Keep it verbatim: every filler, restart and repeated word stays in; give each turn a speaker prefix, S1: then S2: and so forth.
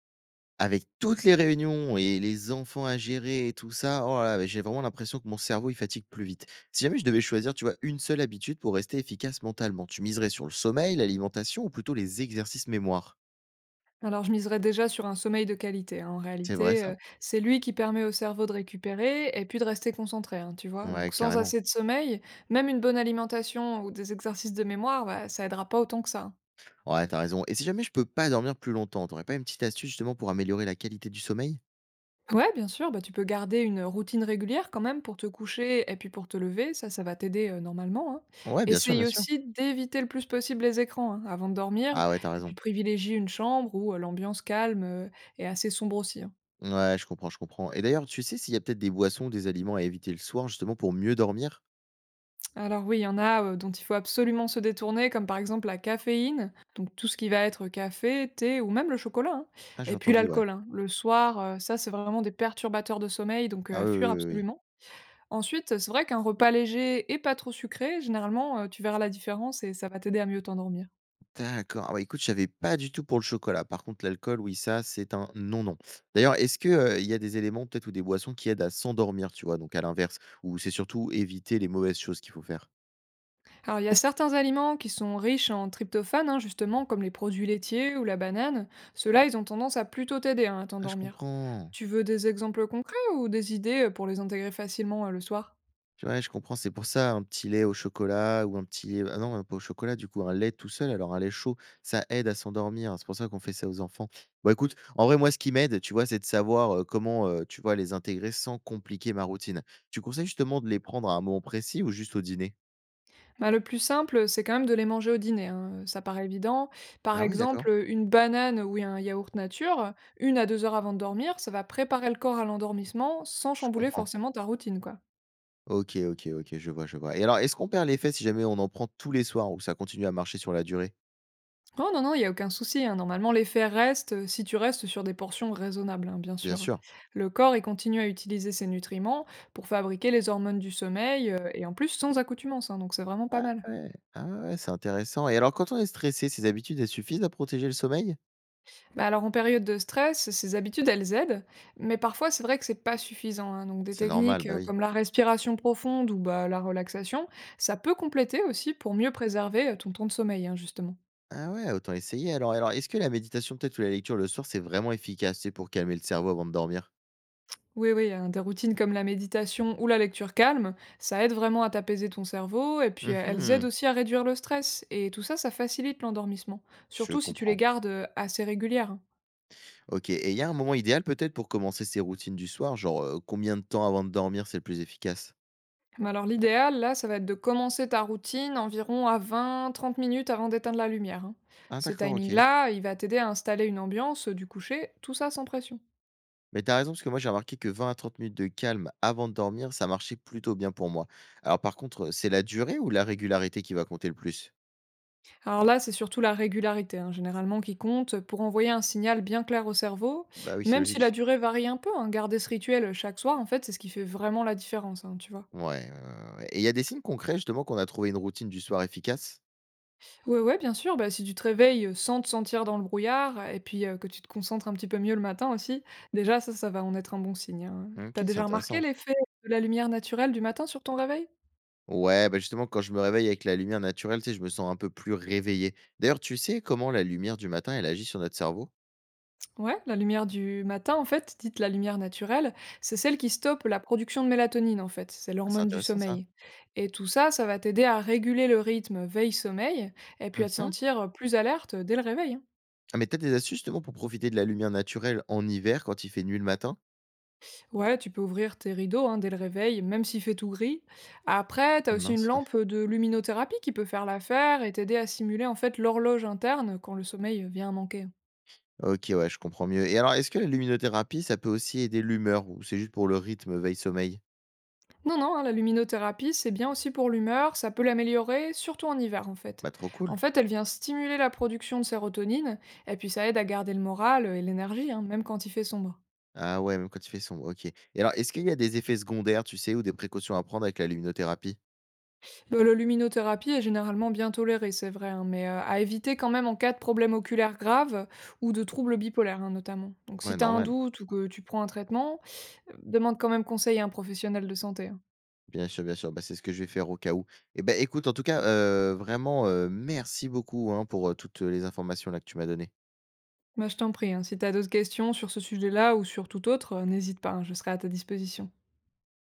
S1: Avec toutes les réunions et les enfants à gérer et tout ça, oh là là, j'ai vraiment l'impression que mon cerveau, il fatigue plus vite. Si jamais je devais choisir, tu vois, une seule habitude pour rester efficace mentalement, tu miserais sur le sommeil, l'alimentation ou plutôt les exercices mémoire?
S2: Alors je miserais déjà sur un sommeil de qualité, hein. En
S1: C'est vrai
S2: réalité,
S1: ça?
S2: heu, c'est lui qui permet au cerveau de récupérer et puis de rester concentré, hein, tu vois?
S1: Ouais,
S2: Donc sans
S1: carrément.
S2: assez de sommeil, même une bonne alimentation ou des exercices de mémoire, bah, ça aidera pas autant que ça, hein.
S1: Ouais, t'as raison. Et si jamais je peux pas dormir plus longtemps, t'aurais pas une petite astuce justement pour améliorer la qualité du sommeil?
S2: Ouais, bien sûr, bah, tu peux garder une routine régulière quand même pour te coucher et puis pour te lever, ça, ça va t'aider, heu, normalement, hein.
S1: Ouais, bien sûr,
S2: Essaye
S1: bien sûr.
S2: aussi d'éviter le plus possible les écrans, hein, avant de dormir
S1: Ah ouais, t'as
S2: et
S1: raison.
S2: puis privilégie une chambre où, heu, l'ambiance calme, heu, est assez sombre aussi, hein.
S1: Ouais, je comprends, je comprends. Et d'ailleurs, tu sais s'il y a peut-être des boissons ou des aliments à éviter le soir justement pour mieux dormir?
S2: Alors oui, il y en a euh, dont il faut absolument se détourner, comme par exemple la caféine, donc tout ce qui va être café, thé ou même le chocolat, hein.
S1: Ah,
S2: Et
S1: j'ai
S2: puis
S1: entendu, ouais.
S2: l'alcool, hein. Le soir, euh, ça c'est vraiment des perturbateurs de sommeil, donc euh,
S1: Ah
S2: à
S1: oui,
S2: fuir
S1: oui, oui, oui, oui.
S2: absolument. Ensuite, c'est vrai qu'un repas léger et pas trop sucré, généralement, euh, tu verras la différence et ça va t'aider à mieux t'endormir.
S1: D'accord. Ah ouais, écoute, je savais pas du tout pour le chocolat. Par contre, l'alcool, oui, ça, c'est un non, non. D'ailleurs, est-ce que, heu, il y a des éléments peut-être ou des boissons qui aident à s'endormir, tu vois? Donc à l'inverse, ou c'est surtout éviter les mauvaises choses qu'il faut faire?
S2: Alors, il y a certains aliments qui sont riches en tryptophane, hein, justement, comme les produits laitiers ou la banane. Ceux-là, ils ont tendance à plutôt t'aider hein, à
S1: Ah, je
S2: t'endormir.
S1: comprends.
S2: Tu veux des exemples concrets ou des idées euh, pour les intégrer facilement euh, le soir.
S1: Ouais, je comprends, c'est pour ça un petit lait au chocolat ou un petit lait, ah non, pas au chocolat du coup, un lait tout seul, alors un lait chaud, ça aide à s'endormir. C'est pour ça qu'on fait ça aux enfants. Bon, écoute, en vrai, moi, ce qui m'aide, tu vois, c'est de savoir, heu, comment, heu, tu vois, les intégrer sans compliquer ma routine. Tu conseilles justement de les prendre à un moment précis ou juste au dîner?
S2: Bah, le plus simple, c'est quand même de les manger au dîner, hein. euh, Ça paraît évident. Par
S1: Ah oui, d'accord.
S2: exemple, une banane ou un yaourt nature, une à deux heures avant de dormir, ça va préparer le corps à l'endormissement sans
S1: Je
S2: chambouler
S1: comprends.
S2: forcément ta routine, quoi.
S1: OK, OK, OK, je vois, je vois. Et alors, est-ce qu'on perd l'effet si jamais on en prend tous les soirs ou ça continue à marcher sur la durée?
S2: Oh non, non, il y a aucun souci, hein. Normalement, l'effet reste, euh, si tu restes sur des portions raisonnables, hein, bien
S1: Bien
S2: sûr.
S1: sûr.
S2: Le corps, il continue à utiliser ses nutriments pour fabriquer les hormones du sommeil, euh, et en plus sans accoutumance, hein, donc c'est vraiment
S1: Ouais,
S2: pas mal.
S1: ouais. Ah ouais, ouais, c'est intéressant. Et alors, quand on est stressé, ces habitudes, elles suffisent à protéger le sommeil?
S2: Bah alors, en période de stress, ces habitudes, elles aident, mais parfois, c'est vrai que c'est pas suffisant, hein. Donc, des
S1: C'est normal,
S2: techniques
S1: bah
S2: euh,
S1: oui.
S2: comme la respiration profonde ou bah, la relaxation, ça peut compléter aussi pour mieux préserver euh, ton temps de sommeil, hein, justement.
S1: Ah ouais, autant essayer. alors. alors, est-ce que la méditation peut-être ou la lecture le soir, c'est vraiment efficace, c'est pour calmer le cerveau avant de dormir?
S2: Oui, oui, hein, des routines comme la méditation ou la lecture calme, ça aide vraiment à t'apaiser ton cerveau et puis euh, elles aident
S1: Mmh.
S2: aussi à réduire le stress et tout ça, ça facilite l'endormissement,
S1: Je
S2: surtout si tu les
S1: comprends.
S2: gardes euh, assez régulières, hein.
S1: OK, et il y a un moment idéal peut-être pour commencer ces routines du soir, genre, heu, combien de temps avant de dormir c'est le plus efficace?
S2: Mais alors l'idéal, là, ça va être de commencer ta routine environ à vingt, trente minutes avant d'éteindre la lumière, hein.
S1: Ah
S2: Ce
S1: d'accord, OK.
S2: timing-là, il va t'aider à installer une ambiance euh, du coucher, tout ça sans pression.
S1: Mais t'as raison, parce que moi, j'ai remarqué que vingt à trente minutes de calme avant de dormir, ça marchait plutôt bien pour moi. Alors, par contre, c'est la durée ou la régularité qui va compter le plus?
S2: Alors là, c'est surtout la régularité, hein, généralement, qui compte pour envoyer un signal bien clair au cerveau,
S1: Bah oui, c'est
S2: même si la
S1: logique.
S2: durée varie un peu, hein. Garder ce rituel chaque soir, en fait, c'est ce qui fait vraiment la différence, hein, tu vois.
S1: Ouais, ouais, ouais, ouais. Et il y a des signes concrets, justement, qu'on a trouvé une routine du soir efficace?
S2: Ouais, ouais, bien sûr, bah, si tu te réveilles sans te sentir dans le brouillard, et puis euh, que tu te concentres un petit peu mieux le matin aussi, déjà, ça, ça va en être un bon signe, hein. T'as
S1: OK, c'est
S2: déjà remarqué
S1: intéressant.
S2: l'effet de la lumière naturelle du matin sur ton réveil?
S1: Ouais, bah justement, quand je me réveille avec la lumière naturelle, tu sais, je me sens un peu plus réveillé. D'ailleurs, tu sais comment la lumière du matin, elle agit sur notre cerveau?
S2: Ouais, la lumière du matin, en fait, dite la lumière naturelle, c'est celle qui stoppe la production de mélatonine, en fait. C'est
S1: Ah, c'est
S2: l'hormone du
S1: intéressant, ça.
S2: sommeil. Et tout ça, ça va t'aider à réguler le rythme veille-sommeil et puis à te
S1: Mmh.
S2: sentir plus alerte dès le réveil, hein.
S1: Ah, mais t'as des astuces, justement, pour profiter de la lumière naturelle en hiver, quand il fait nuit le matin?
S2: Ouais, tu peux ouvrir tes rideaux hein, dès le réveil, même s'il fait tout gris. Après, t'as aussi une
S1: Mince, ouais.
S2: lampe de luminothérapie qui peut faire l'affaire et t'aider à simuler, en fait, l'horloge interne quand le sommeil vient à manquer.
S1: OK, ouais, je comprends mieux, et alors, est-ce que la luminothérapie, ça peut aussi aider l'humeur ou c'est juste pour le rythme veille-sommeil?
S2: Non, non, hein, la luminothérapie, c'est bien aussi pour l'humeur, ça peut l'améliorer, surtout en hiver en fait.
S1: Bah, trop
S2: En
S1: cool.
S2: fait, elle vient stimuler la production de sérotonine, et puis ça aide à garder le moral et l'énergie, hein, même quand il fait sombre.
S1: Ah ouais, même quand il fait sombre. OK, et alors, est-ce qu'il y a des effets secondaires, tu sais, ou des précautions à prendre avec la luminothérapie?
S2: Le- la luminothérapie est généralement bien tolérée, c'est vrai, hein, mais euh, à éviter quand même en cas de problème oculaire grave ou de troubles bipolaires hein, notamment. Donc si
S1: Ouais,
S2: t'as un
S1: normal.
S2: doute ou que tu prends un traitement, euh, demande quand même conseil à un professionnel de santé, hein.
S1: Bien sûr, bien sûr, bah, c'est ce que je vais faire au cas où. Et ben écoute, en tout cas, heu, vraiment, heu, merci beaucoup, hein, pour, heu, toutes les informations là que tu m'as données.
S2: Bah, je t'en prie, hein, si t'as d'autres questions sur ce sujet-là ou sur tout autre, euh, n'hésite pas, hein, je serai à ta disposition.